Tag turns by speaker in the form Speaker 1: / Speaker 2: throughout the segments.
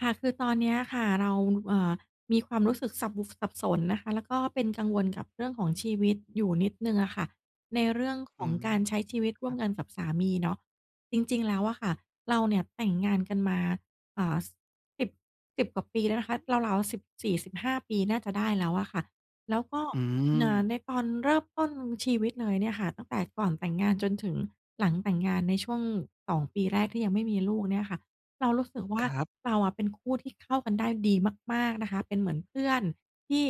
Speaker 1: ค่ะคือตอนเนี้ยค่ะเราเอ่อมีความรู้สึกสับสนนะคะแล้วก็เป็นกังวลกับเรื่องของชีวิตอยู่นิดหนึ่งอะค่ะ ในเรื่องขอ
Speaker 2: อื
Speaker 1: ง
Speaker 2: ม
Speaker 1: การใช้ชีวิตร่วมกันกับสามีเนาะจริงๆแล้วอะค่ะเราเนี่ยแต่งงานกันมาอ่า 10- 1บ10 กว่าปีแล้วนะคะราวๆ14 15 ปีน่าจะได้แล้วอะค่ะ แล้วก็
Speaker 2: อืม
Speaker 1: ในตอนเริ่มต้นชีวิตเลยเนี่ยค่ะตั้งแต่ก่อนแต่งงานจนถึงหลังแต่งงานในช่วง2 ปีแรกที่ยังไม่มีลูกเนี่ยค่ะ เรารู้สึก
Speaker 2: ค
Speaker 1: ว่า
Speaker 2: รับ
Speaker 1: เราอะเป็นคู่ที่เข้ากันได้ดีมากๆนะคะเป็นเหมือนเพื่อนที่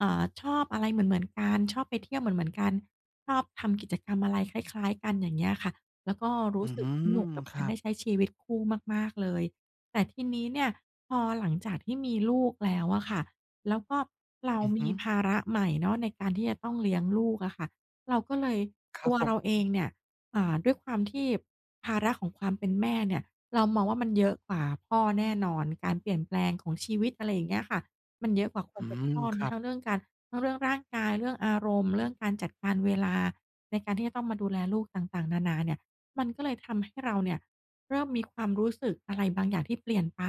Speaker 1: ชอบอะไรเหมือนๆกันชอบไปเที่ยวเหมือนๆกันชอบทำกิจกรรมอะไรคล้ายๆกันอย่างเงี้ยค่ะแล้วก็
Speaker 2: อื
Speaker 1: รู้สึกสนุก
Speaker 2: ม
Speaker 1: กับ
Speaker 2: ค
Speaker 1: การ
Speaker 2: รับ
Speaker 1: ได้ใช้ชีวิตคู่มากๆเลยแต่ทีนี้เนี่ยพอหลังจากที่มีลูกแล้วอะค่ะแล้วก็เรา
Speaker 2: อือ
Speaker 1: มี
Speaker 2: ฮึ
Speaker 1: ภาระใหม่เนาะในการที่จะต้องเลี้ยงลูกอะค่ะเราก็เลย
Speaker 2: ครั
Speaker 1: ตั
Speaker 2: บ
Speaker 1: ว
Speaker 2: ผม
Speaker 1: เราเองเนี่ยด้วยความที่ภาระของความเป็นแม่เนี่ย เรามองว่ามันเยอะกว่าพ่อแน่นอนการเปลี่ยนแปลงของชีวิตอะไรอย่างเงี้ยค่ะมันเยอะกว่าคน
Speaker 2: อื
Speaker 1: เป็น
Speaker 2: ม
Speaker 1: พ่อ
Speaker 2: ค
Speaker 1: นะ
Speaker 2: รับ
Speaker 1: ทั้งเรื่องการทั้งเรื่องร่างกายเรื่องอารมณ์เรื่องการจัดการเวลาในการที่จะต้องมาดูแลลูกต่างๆนานาเนี่ยมันก็เลยทำให้เราเนี่ยเริ่มมีความรู้สึกอะไรบางอย่างที่เปลี่ยนไป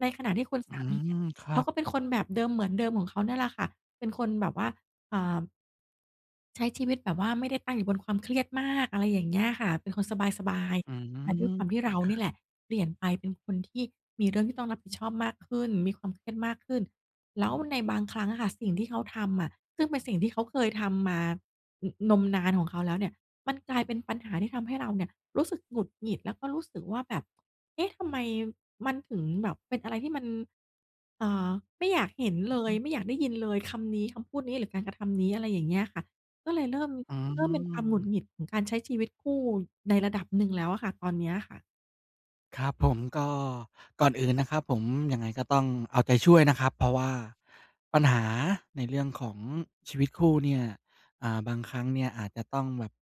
Speaker 1: ในขณะที่คุณ
Speaker 2: อื
Speaker 1: สามีเนี่ย
Speaker 2: มครั
Speaker 1: เขา
Speaker 2: บ
Speaker 1: ก็เป็นคนแบบเดิมเหมือนเดิมของเขาเนี่ยแหละค่ะเป็นคนแบบว่าอ่า ใช้ชีวิตแบบว่าไม่ได้ตั้งอยู่บนความเครียดมากอะไรอย่างเงี้ยค่ะเป็นคนสบาย
Speaker 2: อื
Speaker 1: ๆแต่ด้วย
Speaker 2: ม
Speaker 1: ความที่เรา
Speaker 2: ครั
Speaker 1: นี่แห
Speaker 2: บ
Speaker 1: ละเปลี่ยนไปเป็นคนที่มีเรื่องที่ต้องรับผิดชอบมากขึ้นมีความเครียดมากขึ้นแล้วในบางครั้งอะค่ะสิ่งที่เขาทำอะซึ่งเป็นสิ่งที่เขาเคยทำมาอนมนานของเขาแล้วเนี่ยมันกลายเป็นปัญหาที่ทำให้เราเนี่ยรู้สึกหงุดหงิดแล้วก็รู้สึกว่าแบบเอ๊ะทำไมมันถึงแบบเป็นอะไรที่มันเอ่อไม่อยากเห็น
Speaker 2: อื
Speaker 1: เล
Speaker 2: อฮึ
Speaker 1: ยไม่อยากได้ยินเลยคำนี้คำพูดนี้หรือการกระทำนี้อะไรอย่างเงี้ยค่ะ ก็เลยเริ่ม
Speaker 2: อื
Speaker 1: เริ่มเป็นความหงุดหงิ
Speaker 2: ม
Speaker 1: ดของการใช้ชีวิตคู่ในระดับหนึ่งแล้วอะค่ะตอนเนี้ยค่ะ
Speaker 2: ครับผมก็ก่อนอื่นนะครับผมยังไงก็ต้องเอาใจช่วยนะครับเพราะว่าปัญหาในเรื่องของชีวิตคู่เนี่ยบางครั้งเนี่ยอาจจะต้องแบบ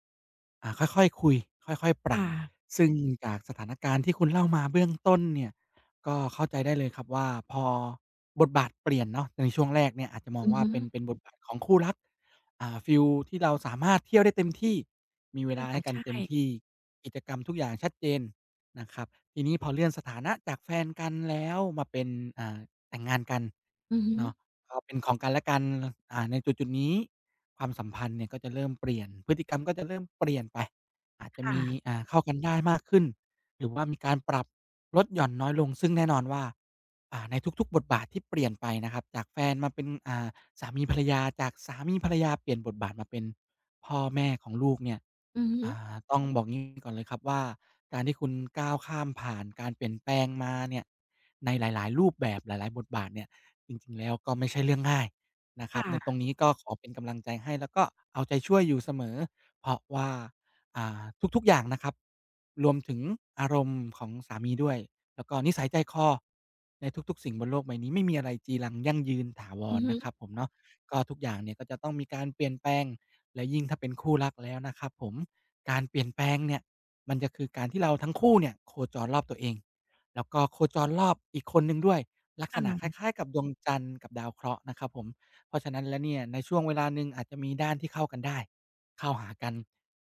Speaker 2: ค่อยๆคุยค่อยๆปรับ
Speaker 1: ค่ะ
Speaker 2: ซึ่งจากสถานการณ์ที่คุณเล่ามาเบื้องต้นเนี่ยก็เข้าใจได้เลยครับว่าพอบทบาทเปลี่ยนเนาะในช่วงแรกเนี่ยอาจจะมอง
Speaker 1: อือ
Speaker 2: ว่า
Speaker 1: ฮึ
Speaker 2: เป็นบทบาทของคู่รักฟีลที่เราสามารถเที่ยวได้เต็มที่มีเวลา
Speaker 1: ค่ะ
Speaker 2: ให้กัน
Speaker 1: ใช่
Speaker 2: เต็มที่กิจกรรมทุกอย่างชัดเจนนะครับ ทีนี้พอเลื่อนสถานะจากแฟนกันแล้วมาเป็นอ่าแต่งงานกัน
Speaker 1: อือฮึ
Speaker 2: เนาะพอเป็นของกันและกันในจุดๆนี้ความสัมพันธ์เนี่ยก็จะเริ่มเปลี่ยนพฤติกรรมก็จะเริ่มเปลี่ยนไปอาจจะ
Speaker 1: ค่ะ
Speaker 2: มีเข้ากันได้มากขึ้นหรือว่ามีการปรับลดหย่อนน้อยลงซึ่งแน่นอนว่าในทุกๆบทบาทที่เปลี่ยนไปนะครับจากแฟนมาเป็นสามีภรรยาจากสามีภรรยาเปลี่ยนบทบาทมาเป็นพ่อแม่ของลูกเนี่ย
Speaker 1: อือฮึ
Speaker 2: ต้องบอกงี้ก่อนเลยครับว่าการที่คุณก้าวข้ามผ่านการเปลี่ยนแปลงมาเนี่ยในหลาย ๆ รูปแบบหลาย ๆ บทบาทเนี่ยจริง ๆ แล้วก็ไม่ใช่เรื่องง่ายนะครับในตรง
Speaker 1: ค่ะ
Speaker 2: นี้ก็ขอเป็นกำลังใจให้แล้วก็เอาใจช่วยอยู่เสมอเพราะว่าอ่าทุก ๆ อย่างนะครับรวมถึงอารมณ์ของสามีด้วยแล้วก็นิสัยใจคอในทุกๆสิ่งบนโลกใบนี้ไม่มีอะไรจีรังยั่งยืนถาว
Speaker 1: อื
Speaker 2: ร
Speaker 1: อฮึ
Speaker 2: นะครับผมเนาะก็ทุกอย่างเนี่ยก็จะต้องมีการเปลี่ยนแปลง แล้วยิ่งถ้าเป็นคู่รักแล้วนะครับผมการเปลี่ยนแปลงเนี่ยมันจะคือการที่เราทั้งคู่เนี่ยโคจรรอบตัวเองแล้วก็โคจรรอบอีกคนหนึ่งด้วยลั
Speaker 1: ค
Speaker 2: กษณะค
Speaker 1: ่ะ
Speaker 2: ล้ายๆกับดวงจันทร์กับดาวเคราะห์นะครับผมเพราะฉะนั้นแล้วเนี่ยในช่วงเวลาหนึ่งอาจจะมีด้านที่เข้ากันได้เข้าหากัน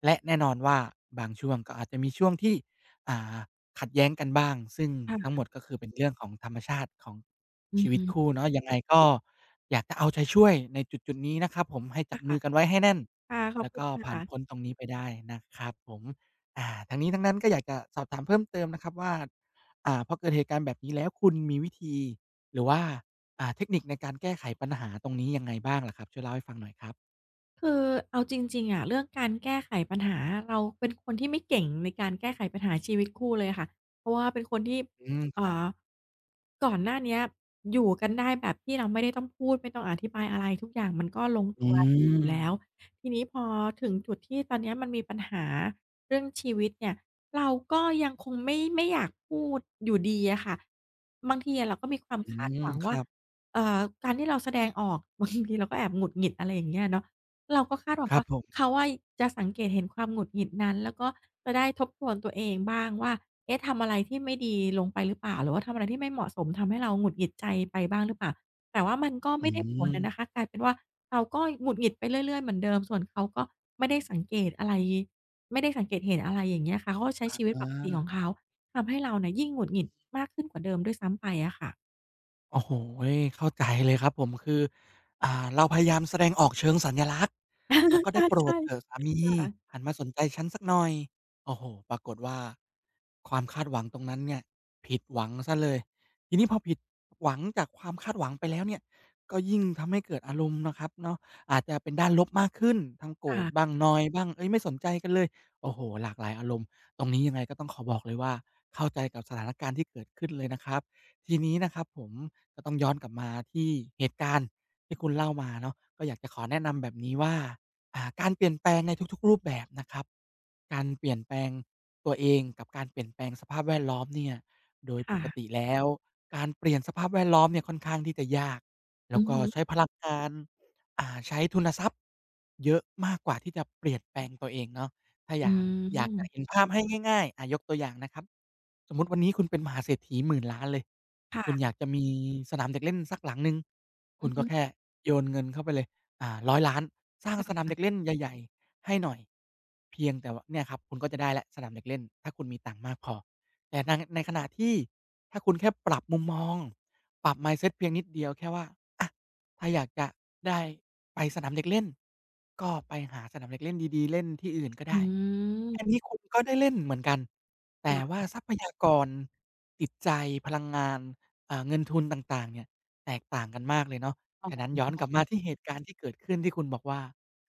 Speaker 2: และแน่นอนว่าบางช่วงก็อาจจะมีช่วงที่อ่าขัดแย้งกันบ้างซึ่ง
Speaker 1: ค่
Speaker 2: ทั้งหม
Speaker 1: ะ
Speaker 2: ดก็คือเป็นเรื่องของธรรมชาติของ
Speaker 1: อื
Speaker 2: ชี
Speaker 1: อ
Speaker 2: วิต
Speaker 1: ฮึ
Speaker 2: คู่เนาะยังไงก็อยากจะเอาใจช่วยในจุดๆนี้นะครับผมให้จับมื
Speaker 1: ค่ะ
Speaker 2: อกันไว้ให้แน่น
Speaker 1: ค่ะขอบ
Speaker 2: แล้ว
Speaker 1: คุณ
Speaker 2: ก็
Speaker 1: ค
Speaker 2: ผ่านพ้น
Speaker 1: ่ะ
Speaker 2: ตรงนี้ไปได้นะครับผมทั้งนี้ทั้งนั้นก็อยากจะสอบถามเพิ่มเติมนะครับว่าพอเกิดเหตุการณ์แบบนี้แล้วคุณมีวิธีหรือว่าเทคนิคในการแก้ไขปัญหาตรงนี้ยังไงบ้างล่ะครับช่วยเล่าให้ฟังหน่อยครับ
Speaker 1: คือเอาจริงๆอะเรื่องการแก้ไขปัญหาเราเป็นคนที่ไม่เก่งในการแก้ไขปัญหาชีวิตคู่เลยค่ะเพราะว่าเป็นคนที่
Speaker 2: อืมครับ
Speaker 1: อ่าก่อนหน้าเนี้ยอยู่กันได้แบบที่เราไม่ได้ต้องพูดไม่ต้องอธิบายอะไรทุกอย่างมันก็ลง
Speaker 2: อื
Speaker 1: ตัวดีอยู่
Speaker 2: ม
Speaker 1: แล้วทีนี้พอถึงจุดที่ตอนเนี้ยมันมีปัญหาเรื่องชีวิตเนี่ยเราก็ยังคงไม่อยากพูดอยู่ดีอะค่ะบางทีอะเราก็มีความ
Speaker 2: อื
Speaker 1: คาดห
Speaker 2: ม
Speaker 1: วัง
Speaker 2: ค
Speaker 1: ว่า
Speaker 2: รับ
Speaker 1: เอ่อการที่เราแสดงออก บางทีเราก็แอบหงุดหงิดอะไรอย่างเงี้ยเนาะ เราก็คาดหวั
Speaker 2: ค
Speaker 1: ง
Speaker 2: รับ
Speaker 1: ว่า
Speaker 2: ผม
Speaker 1: เขาอะจะสังเกตเห็นความหงุดหงิดนั้นแล้วก็จะได้ทบทวนตัวเองบ้างว่าเอ๊ะทำอะไรที่ไม่ดีลงไปหรือเปล่าหรือว่าทำอะไรที่ไม่เหมาะสมทำให้เราหงุดหงิดใจไปบ้างหรือเปล่าแต่ว่ามันก็
Speaker 2: อื
Speaker 1: ไม่ได้ผลอะนะ
Speaker 2: ม
Speaker 1: คะกลายเป็นว่าเราก็หงุดหงิดไปเรื่อยๆเหมือนเดิมส่วนเขาก็ไม่ได้สังเกตอะไรไม่ได้สังเกตเห็นอะไรอย่างเงี้ยค่ะเขาก็ใช้
Speaker 2: อ
Speaker 1: ชีวิตปกติของ
Speaker 2: า
Speaker 1: เขาทำให้เราเนี่ยยิ่งหงุดหงิดมากขึ้นกว่าเดิมด้วยซ้ำไปอะค่ะ
Speaker 2: โอ้โฮเข้าใจเลยครับผมคือเราพยายามแสดงออกเชิงสัญลักษณ์แล้วก็ได้โป ร
Speaker 1: ใช่
Speaker 2: ดเถอะสามี
Speaker 1: ๆค่ะ
Speaker 2: หันมาสนใจฉันสักหน่อยโอ้โฮปรากฏว่าความคาดหวังตรงนั้นเนี่ยผิดหวังเสียเลยทีนี้พอผิดหวังจากความคาดหวังไปแล้วเนี่ยก็ยิ่งทำให้เกิดอารมณ์นะครับเนาะอาจจะเป็นด้านลบมากขึ้นทั้งโกรธบ้า
Speaker 1: ค่ะ
Speaker 2: งนอยบ้างเฮ้ยไม่สนใจกันเลยโอ้โฮหลากหลายอารมณ์ตรงนี้ยังไงก็ต้องขอบอกเลยว่าเข้าใจกับสถานการณ์ที่เกิดขึ้นเลยนะครับทีนี้นะครับผม ก็ต้องย้อนกลับมาที่เหตุการณ์ที่คุณเล่ามาเนาะก็อยากจะขอแนะนำแบบนี้ว่าการเปลี่ยนแปลงในทุกๆรูปแบบนะครับการเปลี่ยนแปลงตัวเองกับการเปลี่ยนแปลงสภาพแวดล้อมเนี่ยโดยปกติ
Speaker 1: ค่ะ
Speaker 2: แล้วการเปลี่ยนสภาพแวดล้อมเนี่ยค่อนข้างที่จะยากแล้
Speaker 1: อื
Speaker 2: ว
Speaker 1: อ
Speaker 2: ก็ใช้
Speaker 1: ฮึ
Speaker 2: พลังงานใช้ทุนทรัพย์เยอะมากกว่าที่จะเปลี่ยนแปลงตัวเองเนาะถ้าอ
Speaker 1: อื
Speaker 2: ย่างอยากจะเห็น
Speaker 1: ม
Speaker 2: ภาพให้ง่ายๆยกตัวอย่างนะครับ สมมุติวันนี้คุณเป็นมหาเศรษฐีหมื่นล้านเลยคุณอ
Speaker 1: ค่ะ
Speaker 2: ยากจะมีสนามเด็กเล่นสักหลังหนึ่งคุ
Speaker 1: อื
Speaker 2: ณ
Speaker 1: อ
Speaker 2: ก็
Speaker 1: ฮึ
Speaker 2: แค่โยนเงินเข้าไปเลย10,000,000สร้างสนาม
Speaker 1: ค่ะ
Speaker 2: เด็กเล่นใหญ่ๆให้หน่อย เพียงแต่ว่าเนี่ยครับคุณก็จะได้แล้วสนามเด็กเล่นถ้าคุณมีตังค์มากพอแต่ในขณะที่ถ้าคุณแค่ปรับมุมมองปรับ mindset เพียงนิดเดียวแค่ว่าอะถ้าอยากจะได้ไปสนามเด็กเล่นก็ไปหาสนามเด็กเล่นดีๆเล่นที่อื่นก็ได้
Speaker 1: อื
Speaker 2: อัน
Speaker 1: ม
Speaker 2: นี้คุณก็ได้เล่นเหมือนกันแต่ว่า
Speaker 1: ค่ะ
Speaker 2: ทรัพยากรจิตใจพลังงานเงินทุนต่างๆเนี่ยแตกต่างกันมากเลยเนาะ
Speaker 1: อ๋
Speaker 2: ฉะนั้
Speaker 1: อ
Speaker 2: นย้อนกลับมาที่เหตุการณ์ที่เกิดขึ้นที่คุณบอกว่า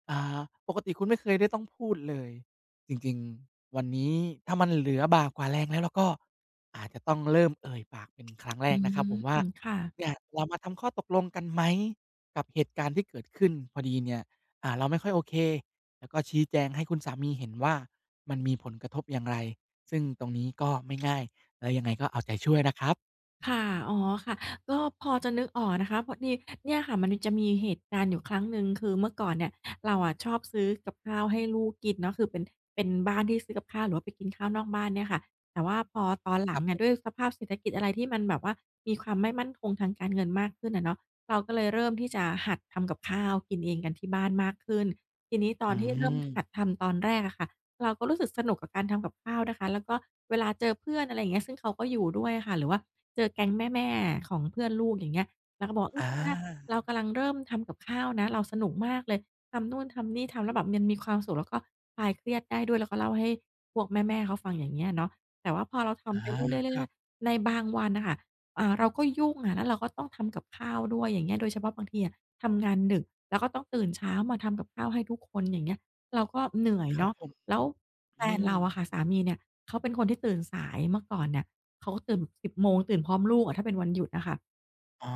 Speaker 2: อ่าปกติคุณไม่เคยได้ต้องพูดเลยจริงๆวันนี้ถ้ามันเหลือบ่ากว่าแรงแล้วก็อาจจะต้องเริ่มเอ่ยปากเป็นครั้งแร
Speaker 1: อื
Speaker 2: กนะครับผมว่า
Speaker 1: มค่ะ
Speaker 2: เนี่ยเรามาทำข้อตกลงกันไหมกับเหตุการณ์ที่เกิดขึ้นพอดีเนี่ยเราไม่ค่อยโอเคแล้วก็ชี้แจงให้คุณสามีเห็นว่า มันมีผลกระทบอย่างไร ซึ่งตรงนี้ก็ไม่ง่าย แล้วยังไงก็เอาใจช่วยนะครับ
Speaker 1: ค่ะอ๋อค่ะก็พอจะนึกออกนะคะพอดีเนี่ยค่ะมันจะมีเหตุการณ์อยู่ครั้งหนึ่งคือเมื่อก่อนเนี่ยเราอะชอบซื้อกับข้าวให้ลูกกินเนาะคือเป็นบ้านที่ซื้อกับข้าวหรือว่าไปกินข้าวนอกบ้านเนี่ยค่ะแต่ว่าพอตอนห
Speaker 2: ค
Speaker 1: ลั
Speaker 2: รั
Speaker 1: ง
Speaker 2: บผ
Speaker 1: เนี่ย
Speaker 2: ม
Speaker 1: ด้วยสภาพเศรษฐกิจอะไรที่มันแบบว่ามีความไม่มั่นคงทางการเงินมากขึ้นอะเนาะเราก็เลยเริ่มที่จะหัดทำกับข้าวกินเองกันที่บ้านมากขึ้นทีนี้ตอ
Speaker 2: อื
Speaker 1: นที่เริ่มหัด
Speaker 2: ม
Speaker 1: ทำตอนแรกอะค่ะ เราก็รู้สึกสนุกกับการทำกับข้าวนะคะแล้วก็เวลาเจอเพื่อนอะไรอย่างเงี้ยซึ่งเขาก็อยู่ด้วยอะค่ะหรือว่าเจอแก๊งแม่ๆของเพื่อนลูกอย่างเงี้ยเราก็บอกเออ
Speaker 2: อา
Speaker 1: หเนี้ยเรากำลังเริ่มทำกับข้าวนะเราสนุกมากเลยทำนู่นทำนี่ทำแล้วแบบมันมีความสุขแล้วก็คลายเครียดได้ด้วยแล้วก็เล่าให้พวกแม่ๆเขาฟังอย่างเงี้ยเนาะแต่ว่าพอเรา
Speaker 2: อา
Speaker 1: ทำไปเรื่อยๆ
Speaker 2: ครั
Speaker 1: เรื่อ
Speaker 2: บ
Speaker 1: ยๆในบางวันน่ะค่ะเราก็ยุ่งอะแล้วเราก็ต้องทำกับข้าวด้วยอย่างเงี้ยโดยเฉพาะบางทีอะทำงานดึกแล้วก็ต้องตื่นเช้ามาทำกับข้าวให้ทุกคนอย่างเงี้ยเราก็เหนื่อย
Speaker 2: ครับ
Speaker 1: เนาะ
Speaker 2: ผม
Speaker 1: แล้วแฟ
Speaker 2: อื
Speaker 1: น
Speaker 2: ม
Speaker 1: เราอะค่ะสามีเนี่ยเขาเป็นคนที่ตื่นสายเมื่อก่อนเนี่ยเขาก็ตื่น10โมงตื่นพร้อมลูกอะถ้าเป็นวันหยุดอะค่ะ
Speaker 2: อ๋อ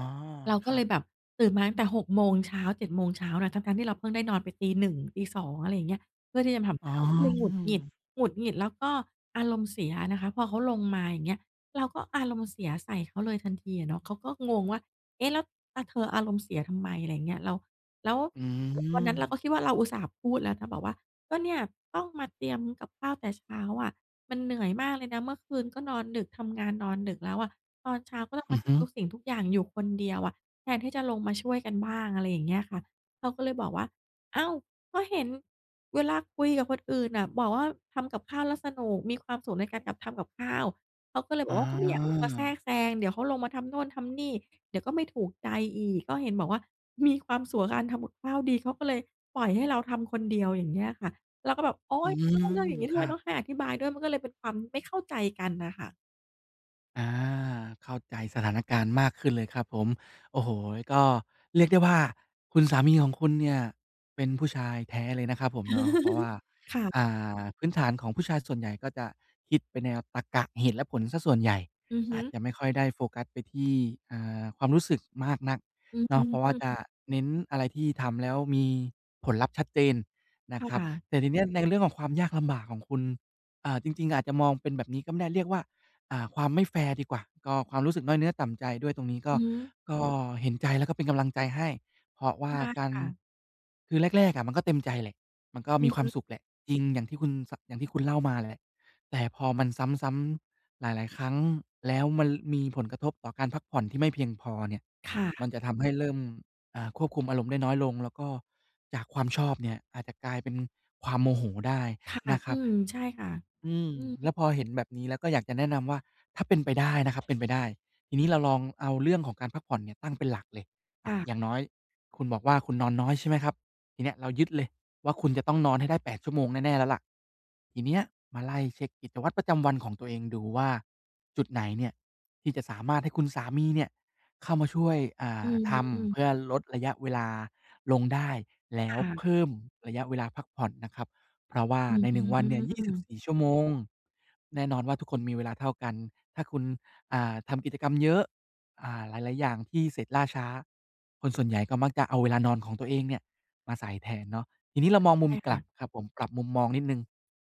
Speaker 1: เรา
Speaker 2: ค
Speaker 1: ก็
Speaker 2: รั
Speaker 1: เล
Speaker 2: บ
Speaker 1: ยแบบตื่นมาตั้งแต่6โมงเช้า7โมงเช้านะทั้งๆที่เราเพิ่งได้นอนไป01:00 02:00องอะไรอย่างเงี้ยเพื่อที่จะมาทำ
Speaker 2: อ๋
Speaker 1: ข้าวเราก็เลยหงุด
Speaker 2: อ
Speaker 1: หงิดหงุดหงิดแล้วก็อารมณ์เสียนะคะพอเขาลงมาอย่างเงี้ยเราก็อารมณ์เสียใส่เขาเลยทันทีอะเนาะเขาก็งงว่าเอ๊ะแล้วเธออารมณ์เสียทำไมอะไรอย่างเงี้ยเราแล้ว
Speaker 2: อื
Speaker 1: วัน
Speaker 2: ม
Speaker 1: นั้นเราก็คิดว่าเราอุตส่าห์พูดแล้วนะบอกว่าก็เนี่ยต้องมาเตรียมกับข้าวแต่เช้าอะมันเหนื่อยมากเลยนะเมื่อคืนก็นอนดึกทำงานนอนดึกแล้วอะตอนเช้าก็ต้อง
Speaker 2: อื
Speaker 1: มา
Speaker 2: อฮึ
Speaker 1: ทำทุกสิ่งทุกอย่างอยู่คนเดียวอะ แทนที่จะลงมาช่วยกันบ้างอะไรอย่างเงี้ยค่ะเขาก็เลยบอกว่าอ้าวก็เห็นเวลาคุยกับคนอื่นน่ะบอกว่าทำกับข้าวแล้วสนุกมีความสุขในการกับทำกับข้าวเขาก็เลยบ
Speaker 2: อ
Speaker 1: อกว่าก็ไม่อยากลง
Speaker 2: า
Speaker 1: มาแทรกแซงเดี๋ยวเขาลงมาทำโน่นทำนี่เดี๋ยวก็ไม่ถูกใจอีกก็เห็นบอกว่ามีความสุขกับการทำกับข้าวดีเขาก็เลยปล่อยให้เราทำคนเดียวอย่างเงี้ยค่ะเราก็แบบโอ๊
Speaker 2: อื
Speaker 1: ยแล้วเรื่อ
Speaker 2: ม
Speaker 1: งอย่างงี้
Speaker 2: ค
Speaker 1: ทำไม
Speaker 2: รับ
Speaker 1: ต้องให้อธิบายด้วยมันก็เลยเป็นความไม่เข้าใจกันน่ะค่ะ
Speaker 2: อาเข้าใจสถานการณ์มากขึ้นเลยครับผมโอ้โฮก็เรียกได้ว่าคุณสามีของคุณเนี่ยเป็นผู้ชายแท้เลยนะครับผมเนาะเพราะว่า อ่
Speaker 1: ค่ะ
Speaker 2: พื้นฐานของผู้ชายส่วนใหญ่ก็จะคิดไปแนวตรรกะเหตุและผลเสียส่วนใหญ่
Speaker 1: อือฮึ
Speaker 2: อาจจะไม่ค่อยได้โฟกัสไปที่ความรู้สึกมากนัก
Speaker 1: อือฮ
Speaker 2: เนาะเพราะว่าจะ
Speaker 1: ึ
Speaker 2: เน้นอะไรที่ทำแล้วมีผลลัพธ์ชัดเจน
Speaker 1: ค
Speaker 2: นะครับ
Speaker 1: ่ะ
Speaker 2: แต่ทีเนี้ยในเรื่องของความยากลำบากของคุณจริงๆอาจจะมองเป็นแบบนี้ก็ไม่ได้เรียกว่า ความไม่แฟร์ดีกว่าก็ความรู้สึกน้อยเนื้อต่ำใจด้วยตรงนี้ก็
Speaker 1: อือฮึ
Speaker 2: ก็เห็นใจแล้วก็เป็นกำลังใจให้เพราะว่า
Speaker 1: ใช่
Speaker 2: การ
Speaker 1: ค่ะ
Speaker 2: คือแรกๆอะมันก็เต็มใจแหละมันก็
Speaker 1: อื
Speaker 2: มี
Speaker 1: อ
Speaker 2: ความสุ
Speaker 1: ฮึ
Speaker 2: ขแหละจริงอย่างที่คุณสอย่างที่คุณเล่ามาแหละแต่พอมันซ้ำๆหลายๆครั้งแล้วมันมีผลกระทบต่อการพักผ่อนที่ไม่เพียงพอเนี่ยมัน
Speaker 1: ค่ะ
Speaker 2: จะทำให้เริ่มควบคุมอารมณ์ได้น้อยลงแล้วก็จากความชอบเนี่ยอาจจะกลายเป็นความโมโหได้
Speaker 1: ค่ะ
Speaker 2: นะค
Speaker 1: อื
Speaker 2: รับ
Speaker 1: มใช่ค่ะ
Speaker 2: อืม
Speaker 1: อืม
Speaker 2: แล้วพอเห็นแบบนี้แล้วก็อยากจะแนะนำว่าถ้าเป็นไปได้นะครับเป็นไปได้ทีนี้เราลองเอาเรื่องของการพักผ่อนเนี่ยตั้งเป็นหลักเลยอะอย่าง
Speaker 1: ค่ะ
Speaker 2: น้อยคุณบอกว่าคุณนอนน้อยใช่ไหมครับทีเนี้ยเรายึดเลยว่าคุณจะต้องนอนให้ได้8 ชั่วโมงแน่ๆแล้วล่ะทีเนี้ยมาไล่เช็กกิจวัตรประจำวันของตัวเองดูว่าจุดไหนเนี่ยที่จะสามารถให้คุณสามีเนี่ยเข้ามาช่วย
Speaker 1: อือฮ
Speaker 2: ทำเพื่
Speaker 1: ึ
Speaker 2: อลดระยะเวลาลงได้แล้ว
Speaker 1: ค่ะ
Speaker 2: เพิ่มระยะเวลาพักผ่อนนะครับ เพราะว่า
Speaker 1: อื
Speaker 2: ใน1วันเนี่ย
Speaker 1: ม
Speaker 2: 24 ชั่วโมง แน่นอนว่าทุกคนมีเวลาเท่ากัน ถ้าคุณทำกิจกรรมเยอะหลาย ๆ อย่างที่เสร็จล่าช้า คนส่วนใหญ่ก็มักจะเอาเวลานอนของตัวเองเนี่ยมาใส่แทนเนาะทีนี้เรามองมุม
Speaker 1: ใช่
Speaker 2: กลั
Speaker 1: ค่ะ
Speaker 2: บครับผมปรับมุมมองนิดหนึ่ง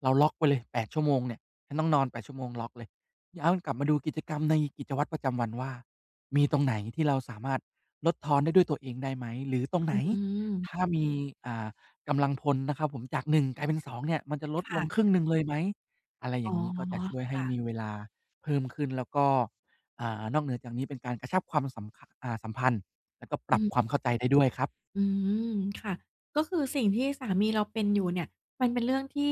Speaker 2: เราล็อกไว้เลย8ชั่วโมงเนี่ยฉันต้องนอน8ชั่วโมงล็อกเลยย้อนกลับมาดูกิจกรรมในกิจวัตรประจำวันว่ามีตรงไหนที่เราสามารถลดทอนได้ด้วยตัวเองได้ไหมหรือตรงไหน
Speaker 1: อืม
Speaker 2: ถ้ามีอ่า กำลังพลนะครับผมจาก1กลายเป็น2เนี่ยมันจะลดลงครึ่
Speaker 1: ค่ะ
Speaker 2: งหนึ่งเลยไหมอะไรอ
Speaker 1: อ๋
Speaker 2: ย่า
Speaker 1: อ
Speaker 2: งงี้ก็จะช่วยให้
Speaker 1: ค่ะ
Speaker 2: มีเวลาเพิ่มขึ้นแล้วก็นอกเหนือจากนี้เป็นการกระชับความสำคสัมพันธ์แล้วก็ป
Speaker 1: อื
Speaker 2: รับความ
Speaker 1: ม
Speaker 2: เข้าใจได้ด้วยครับ
Speaker 1: อืมค่ะก็คือสิ่งที่สามีเราเป็นอยู่เนี่ยมันเป็นเรื่องที่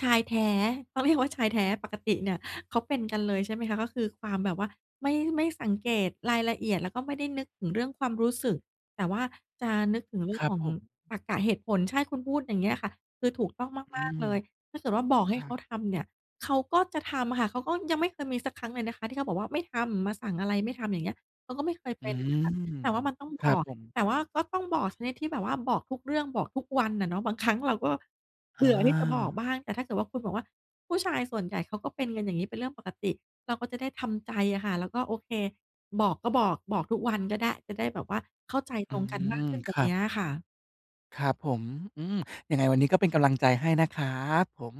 Speaker 1: ชายแท้ต้องเรียกว่าชายแท้ปกติเนี่ยเขาเป็นกันเลยใช่ไหมคะก็คือความแบบว่าไม่ไม่สังเกตรายละเอียดแล้วก็ไม่ได้นึกถึงเรื่องความรู้สึกแต่ว่าจะนึกถึงเรื่
Speaker 2: ค
Speaker 1: อง
Speaker 2: รั
Speaker 1: ข
Speaker 2: บ
Speaker 1: อ
Speaker 2: ผ
Speaker 1: ง
Speaker 2: ม
Speaker 1: ตรรกะเหตุผลใช่คุณพูดอย่างเงี้ยค่ะคือถูกต้อง
Speaker 2: อื
Speaker 1: มาก
Speaker 2: ม
Speaker 1: ๆเลยถ้าเกิดว่าบอก
Speaker 2: ค
Speaker 1: ให้
Speaker 2: รั
Speaker 1: เขา
Speaker 2: บ
Speaker 1: ทำเนี่ยเขาก็จะทำอะค่ะเขาก็ยังไม่เคยมีสักครั้งเลยนะคะที่เขาบอกว่าไม่ทำมาสั่งอะไรไม่ทำอย่างเงี้ยเขาก็ไม่เคย
Speaker 2: อื
Speaker 1: เป็นอะนะคะ
Speaker 2: ม
Speaker 1: แต่ว่ามันต้อง
Speaker 2: ค
Speaker 1: บ
Speaker 2: รับ
Speaker 1: อก
Speaker 2: ผม
Speaker 1: แต่ว่าก็ต้องบอกชนิดที่แบบว่าบอกทุกเรื่องบอกทุกวันอะเนาะบางครั้งเราก็
Speaker 2: อ
Speaker 1: เบื่อที่จะบอก
Speaker 2: า
Speaker 1: บ้างแต่ถ้าเกิดว่าคุณบอกว่าผู้ชายส่วนใหญ่เขาก็เป็นกันอย่างงี้เป็นเรื่องปกติเราก็จะได้ทำใจอะค่ะแล้วก็โอเคบอกก็บอกบอกทุกวันก็ได้จะได้แบบว่าเข้าใจต
Speaker 2: อื
Speaker 1: รงกันมาก
Speaker 2: ม
Speaker 1: ขึ้นแบ
Speaker 2: ค
Speaker 1: บ
Speaker 2: รับ
Speaker 1: เนี้ยค่ะ
Speaker 2: ครับผมอืมยังไงวันนี้ก็เป็นกำลังใจให้นะครับผม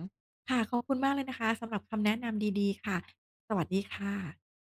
Speaker 1: ค่ะขอบคุณมากเลยนะคะสำหรับคำแนะนำดีๆค่ะสวัสดีค่ะ